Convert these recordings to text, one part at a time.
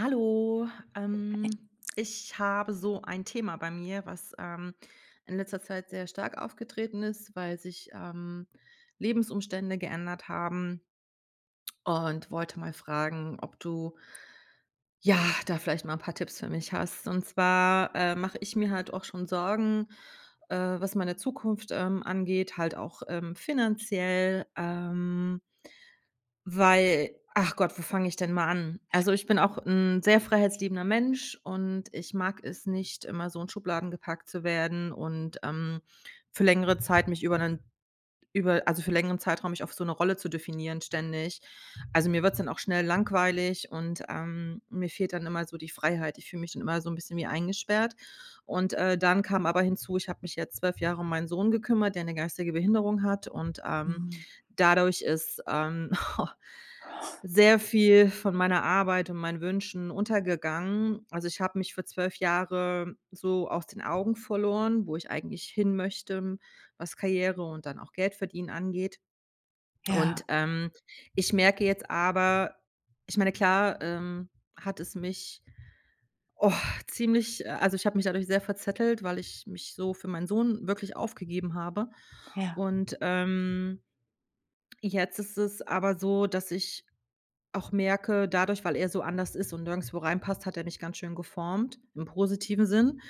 Hallo, ähm, ich habe so ein Thema bei mir, was in letzter Zeit sehr stark aufgetreten ist, weil sich Lebensumstände geändert haben, und wollte mal fragen, ob du ja da vielleicht mal ein paar Tipps für mich hast. Und zwar mache ich mir halt auch schon Sorgen, was meine Zukunft angeht, halt auch finanziell. Weil ach Gott, wo fange ich denn mal an? Also, ich bin auch ein sehr freiheitsliebender Mensch und ich mag es nicht, immer so in Schubladen gepackt zu werden, und für längere Zeit mich über einen über also, für längeren Zeitraum mich auf so eine Rolle zu definieren ständig. Also, mir wird's dann auch schnell langweilig, und mir fehlt dann immer so die Freiheit. Ich fühle mich dann immer so ein bisschen wie eingesperrt. Und dann kam aber hinzu, ich habe mich jetzt 12 Jahre um meinen Sohn gekümmert, der eine geistige Behinderung hat, und Mhm. dadurch ist sehr viel von meiner Arbeit und meinen Wünschen untergegangen. Also, ich habe mich für 12 Jahre so aus den Augen verloren, wo ich eigentlich hin möchte, was Karriere und dann auch Geldverdienen angeht. Und Ja, ich merke jetzt aber, ich meine, klar, hat es mich, oh, ziemlich also, ich habe mich dadurch sehr verzettelt, weil ich mich so für meinen Sohn wirklich aufgegeben habe. ja. Und jetzt ist es aber so, dass ich auch merke, dadurch, weil er so anders ist und nirgendswo reinpasst, hat er mich ganz schön geformt, im positiven Sinn,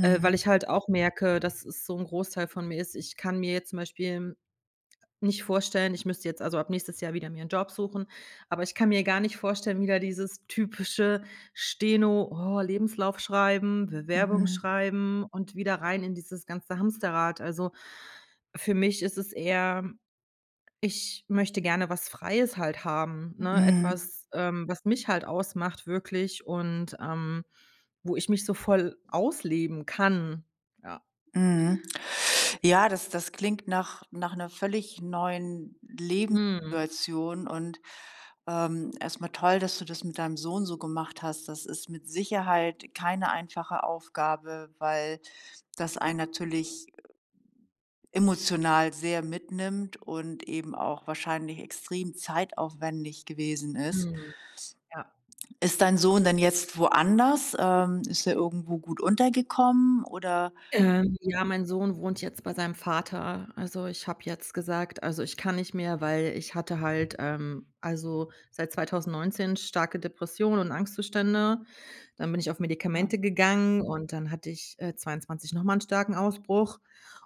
weil ich halt auch merke, dass es so ein Großteil von mir ist. Ich kann mir jetzt zum Beispiel nicht vorstellen, ich müsste jetzt also ab nächstes Jahr wieder mir einen Job suchen, aber ich kann mir gar nicht vorstellen, wieder dieses typische Steno: „Oh, Lebenslauf schreiben, Bewerbung Mhm. schreiben" und wieder rein in dieses ganze Hamsterrad. Also, für mich ist es eher, ich möchte gerne was Freies halt haben, ne? Mhm. Etwas, was mich halt ausmacht wirklich, und wo ich mich so voll ausleben kann. Ja. Mhm. Ja, das klingt nach nach einer völlig neuen Mhm. Lebenssituation und, erst toll, dass du das mit deinem Sohn so gemacht hast. Das ist mit Sicherheit keine einfache Aufgabe, weil das einen natürlich emotional sehr mitnimmt und eben auch wahrscheinlich extrem zeitaufwendig gewesen ist. Mhm. Ja. Ist dein Sohn denn jetzt woanders? Ist er irgendwo gut untergekommen oder Ja, mein Sohn wohnt jetzt bei seinem Vater. Also, ich habe jetzt gesagt, also, ich kann nicht mehr, weil ich hatte halt, also, seit 2019 starke Depressionen und Angstzustände. Dann bin ich auf ja, Medikamente gegangen und dann hatte ich, 22 noch mal 'n starken Ausbruch,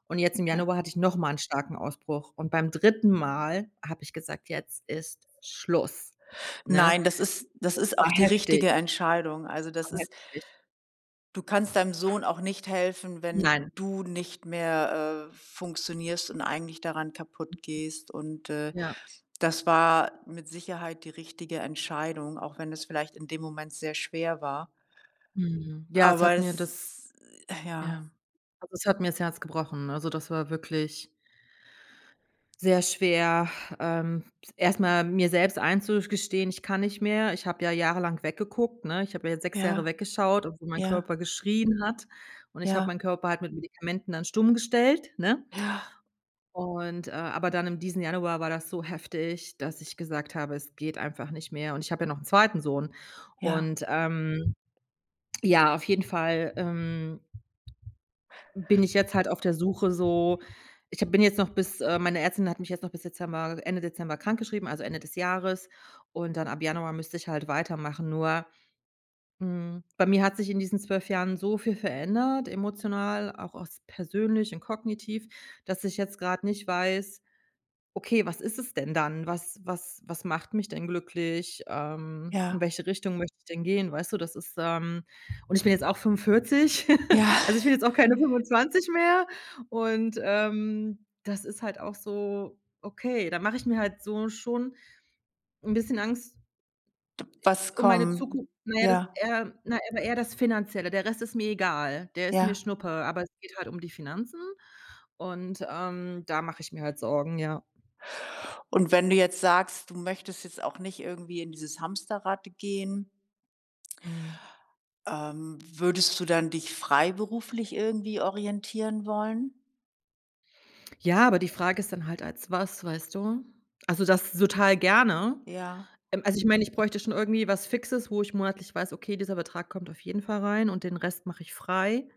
und jetzt im ja. Januar hatte ich noch mal 'n starken Ausbruch. Und beim dritten Mal habe ich gesagt: „Jetzt ist Schluss", ne? Nein, das ist auch War die heftig, richtige Entscheidung. Also, war das ist heftig. du kannst deinem Sohn auch nicht helfen, Nein, wenn du nicht mehr, funktionierst und eigentlich daran kaputt gehst und ja. das war mit Sicherheit die richtige Entscheidung, auch wenn es vielleicht in dem Moment sehr schwer war. Mhm. Aber es ja, Ja. Also, es hat mir das Herz gebrochen. Also, das war wirklich sehr schwer, ähm, erst mal mir selbst einzugestehen: „Ich kann nicht mehr." Ich habe ja jahrelang weggeguckt, ne? Ich habe ja jetzt 6 Jahre ja, weggeschaut, obwohl mein ja, Körper geschrien hat. Und ich habe ja, meinen Körper halt mit Medikamenten dann stumm gestellt, ne? ja, Und aber dann im diesen Januar war das so heftig, dass ich gesagt habe: „Es geht einfach nicht mehr." Und ich habe ja noch einen zweiten Sohn. ja, Und ja, auf jeden Fall, bin ich jetzt halt auf der Suche. So, ich habe bin jetzt noch bis meine Ärztin hat mich jetzt noch bis Dezember Ende Dezember krankgeschrieben, also Ende des Jahres. Und dann ab Januar müsste ich halt weitermachen. Nur, bei mir hat sich in diesen 12 Jahren so viel verändert, emotional, auch aus persönlich und kognitiv, dass ich jetzt grad nicht weiß: okay, was ist es denn dann? Was macht mich denn glücklich? In ja, welche Richtung möchte ich denn gehen? Weißt du, und ich bin jetzt auch 45. ja. Also ich bin jetzt auch keine 25 mehr, und das ist halt auch so, okay, da mache ich mir halt so schon ein bisschen Angst Was um meine kommt? Zukunft. Na ja, das Ja, eher, na, aber eher das Finanzielle. Der Rest ist mir egal, der ist mir ja. Schnuppe, aber es geht halt um die Finanzen, und da mache ich mir halt Sorgen, ja. Und wenn du jetzt sagst, du möchtest jetzt auch nicht irgendwie in dieses Hamsterrad gehen, Mhm. Würdest du dann dich freiberuflich irgendwie orientieren wollen? Ja, aber die Frage ist dann halt als was, weißt du? Also, das total gerne. Ja, Also, ich meine, ich bräuchte schon irgendwie was Fixes, wo ich monatlich weiß: „Okay, dieser Betrag kommt auf jeden Fall rein und den Rest mache ich frei."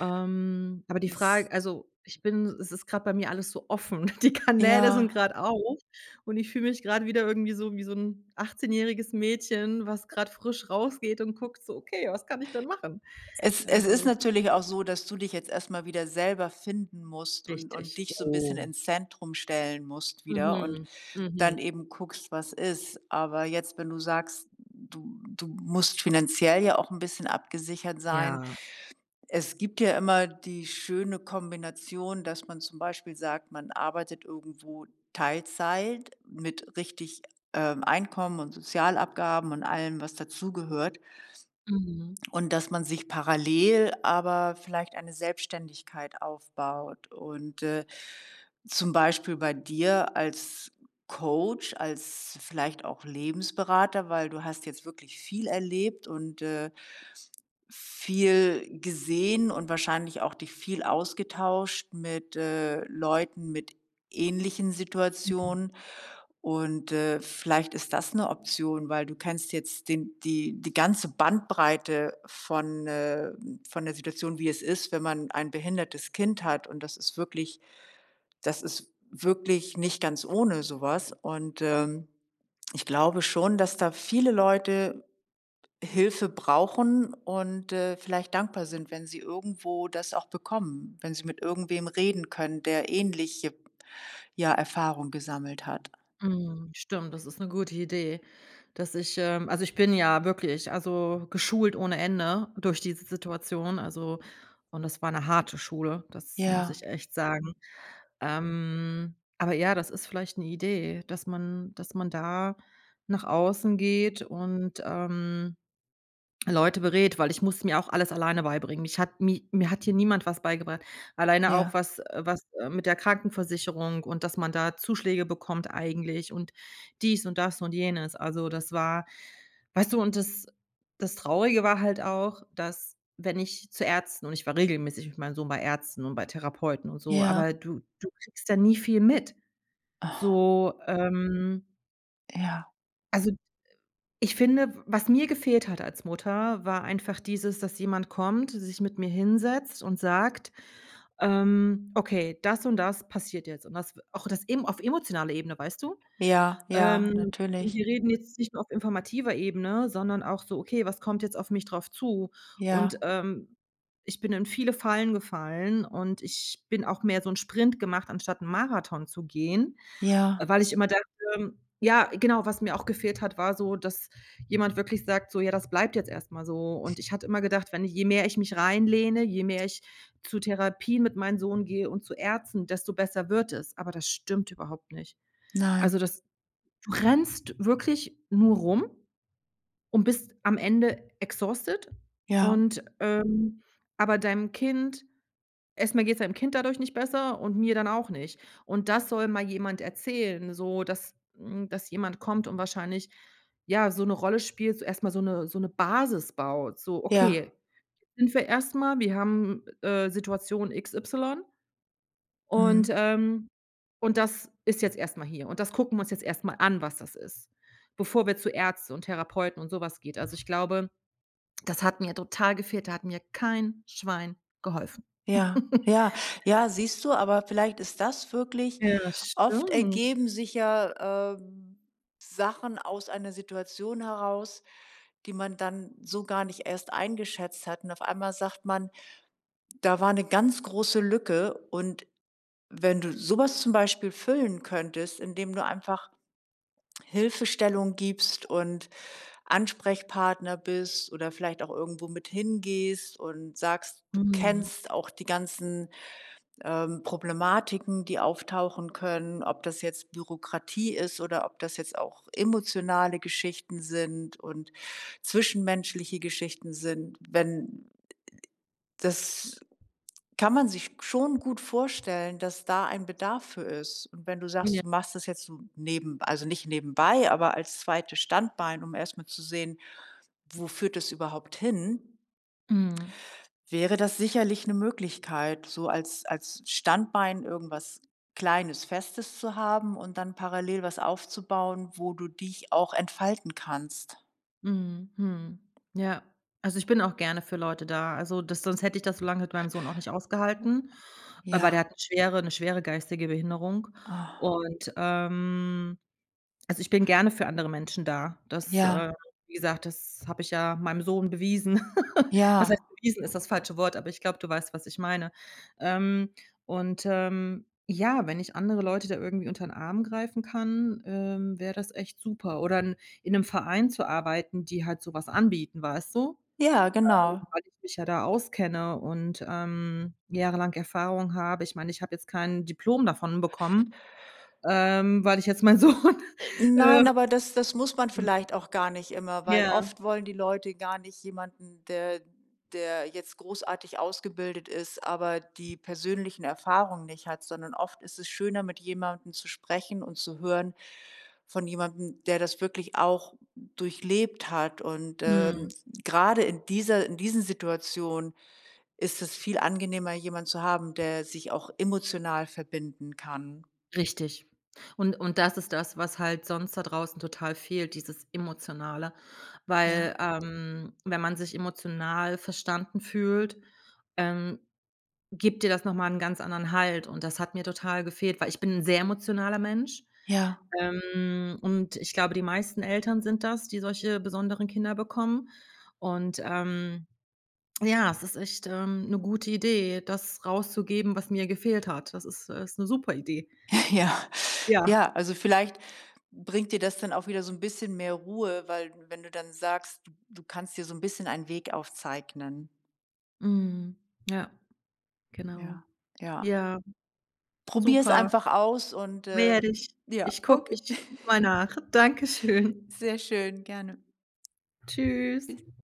Aber die es Frage, also, ich bin es ist gerade bei mir alles so offen. Die Kanäle sind ja. gerade auf, und ich fühle mich gerade wieder irgendwie so wie so ein 'n jähriges Mädchen, was gerade frisch rausgeht und guckt so: „Okay, was kann ich denn machen?" Es ist Also natürlich auch so, dass du dich jetzt erst mal wieder selber finden musst und richtig. dich so ein bisschen Oh. ins Zentrum stellen musst wieder und Mhm, dann mhm. eben guckst, was ist. Aber jetzt, wenn du sagst, du musst finanziell ja auch ein bisschen abgesichert sein. Ja. Es gibt ja immer die schöne Kombination, dass man zum Beispiel sagt, man arbeitet irgendwo Teilzeit mit richtig, Einkommen und Sozialabgaben und allem, was dazugehört, Mhm. und dass man sich parallel aber vielleicht eine Selbstständigkeit aufbaut und zum Beispiel bei dir als Coach, als vielleicht auch Lebensberater, weil du hast jetzt wirklich viel erlebt und viel gesehen und wahrscheinlich auch dich viel ausgetauscht mit, Leuten mit ähnlichen Mhm. Situationen. Und, vielleicht ist das eine Option, weil du kennst jetzt den die ganze Bandbreite von der Situation, wie es ist, wenn man ein behindertes Kind hat. Und das ist wirklich nicht ganz ohne sowas. Und, ich glaube schon, dass da viele Leute Hilfe brauchen und, vielleicht dankbar sind, wenn sie irgendwo das auch bekommen, wenn sie mit irgendwem reden können, der ähnliche, ja, Erfahrung gesammelt hat. Mhm, stimmt, das ist eine gute Idee, dass ich also, ich bin ja wirklich, also, geschult ohne Ende durch diese Situation, also, und das war eine harte Schule, das muss Ja, ich echt sagen. Aber ja, das ist vielleicht eine Idee, dass man da nach außen geht und Leute berät, weil ich musste mir auch alles alleine beibringen. Mich hat mi mir hat hier niemand was beigebracht. Alleine auch ja, was mit der Krankenversicherung und dass man da Zuschläge bekommt eigentlich und dies und das und jenes. Also, das war weißt du, und das Traurige war halt auch, dass wenn ich zu Ärzten und ich war regelmäßig mit meinem Sohn bei Ärzten und bei Therapeuten und so, aber ja, du kriegst da nie viel mit. ah, So, ja, also ich finde, was mir gefehlt hat als Mutter, war einfach dieses, dass jemand kommt, sich mit mir hinsetzt und sagt: „Okay, das und das passiert jetzt." Und das eben auf emotionaler Ebene, weißt du? ja, ja, Ähm, natürlich. Wir reden jetzt nicht nur auf informativer Ebene, sondern auch so: „Okay, was kommt jetzt auf mich drauf zu?" Und Ja, ich bin in viele Fallen gefallen, und ich bin auch mehr so 'n Sprint gemacht, anstatt einen Marathon zu gehen. ja, Weil ich immer dachte ja, genau, was mir auch gefehlt hat, war so, dass jemand wirklich sagt so: „Ja, das bleibt jetzt erstmal so." Und ich hatte immer gedacht, wenn ich, je mehr ich mich reinlehne, je mehr ich zu Therapien mit meinem Sohn gehe und zu Ärzten, desto besser wird es. Aber das stimmt überhaupt nicht. Also, nein, das du rennst wirklich nur rum und bist am Ende exhausted, ja, und aber deinem Kind erstmal geht es einem Kind dadurch nicht besser und mir dann auch nicht. Und das soll mal jemand erzählen, so dass dass jemand kommt und wahrscheinlich, ja, so eine Rolle spielt, so erstmal so eine Basis baut. So: ja, „Okay, sind wir erstmal wir haben, Situation XY und, mhm. ähm und das ist jetzt erstmal hier, und das gucken wir uns jetzt erstmal an, was das ist", bevor wir zu Ärzten und Therapeuten und sowas geht. Also, ich glaube, das hat mir total gefehlt. Da hat mir kein Schwein geholfen. Ja, ja, ja, siehst du, aber vielleicht ist das wirklich Ja, oft stimmt. ergeben sich ja, Sachen aus einer Situation heraus, die man dann so gar nicht erst eingeschätzt hat. Und auf einmal sagt man, da war eine ganz große Lücke. Und wenn du sowas zum Beispiel füllen könntest, indem du einfach Hilfestellung gibst und Ansprechpartner bist oder vielleicht auch irgendwo mit hingehst und sagst, du Mhm. kennst auch die ganzen Problematiken, die auftauchen können, ob das jetzt Bürokratie ist oder ob das jetzt auch emotionale Geschichten sind und zwischenmenschliche Geschichten sind. Wenn das kann man sich schon gut vorstellen, dass da ein Bedarf für ist. Und wenn du sagst, Ja. du machst das jetzt so neben, also nicht nebenbei, aber als zweites Standbein, um erstmal zu sehen, wo führt es überhaupt hin, Mhm. wäre das sicherlich 'ne Möglichkeit, so als als Standbein irgendwas Kleines, Festes zu haben und dann parallel was aufzubauen, wo du dich auch entfalten kannst. Mhm. Mhm. Ja. Also, ich bin auch gerne für Leute da. Also, das sonst hätte ich das so lange mit meinem Sohn auch nicht ausgehalten, weil der Ja, hat 'ne schwere geistige Behinderung ah, und, ähm Also, ich bin gerne für andere Menschen da. Das, ja, wie gesagt, das habe ich ja meinem Sohn bewiesen. Was heißt ja, bewiesen, ist das falsche Wort, aber ich glaube, du weißt, was ich meine. Ähm, und ja, wenn ich andere Leute da irgendwie unter den Arm greifen kann, wäre das echt super. Oder in 'nem Verein zu arbeiten, die halt sowas anbieten, weißt du? ja, genau. Weil ich mich ja da auskenne und jahrelang Erfahrung habe. Ich meine, ich habe jetzt kein Diplom davon bekommen, weil ich jetzt meinen Sohn, Nein, ähm aber das muss man hm, vielleicht auch gar nicht immer, weil ja, oft wollen die Leute gar nicht jemanden, der jetzt großartig ausgebildet ist, aber die persönlichen Erfahrungen nicht hat, sondern oft ist es schöner, mit jemandem zu sprechen und zu hören von jemandem, der das wirklich auch durchlebt hat. Und, mhm. grade in dieser in diesen Situationen ist es viel angenehmer, jemanden zu haben, der sich auch emotional verbinden kann. Richtig. Und das ist das, was halt sonst da draußen total fehlt, dieses Emotionale. Ja, Weil wenn man sich emotional verstanden fühlt, ähm, gibt dir das noch mal 'n ganz anderen Halt, und das hat mir total gefehlt, weil ich bin 'n sehr emotionaler Mensch, ja. Und ich glaube, die meisten Eltern sind das, die solche besonderen Kinder bekommen und, ähm Ja, es ist echt, 'ne gute Idee, das rauszugeben, was mir gefehlt hat. Das ist 'ne super Idee. Ja, Ja. ja, also vielleicht bringt dir das dann auch wieder so ein bisschen mehr Ruhe, weil wenn du dann sagst, du kannst dir so ein bisschen einen Weg aufzeichnen. Mhm. Ja, genau. Ja, ja. Ja, Probier es super. einfach aus und Werde ich. ja, Ich gucke okay. ich guck mal nach. Dankeschön. Sehr schön, gerne. Tschüss.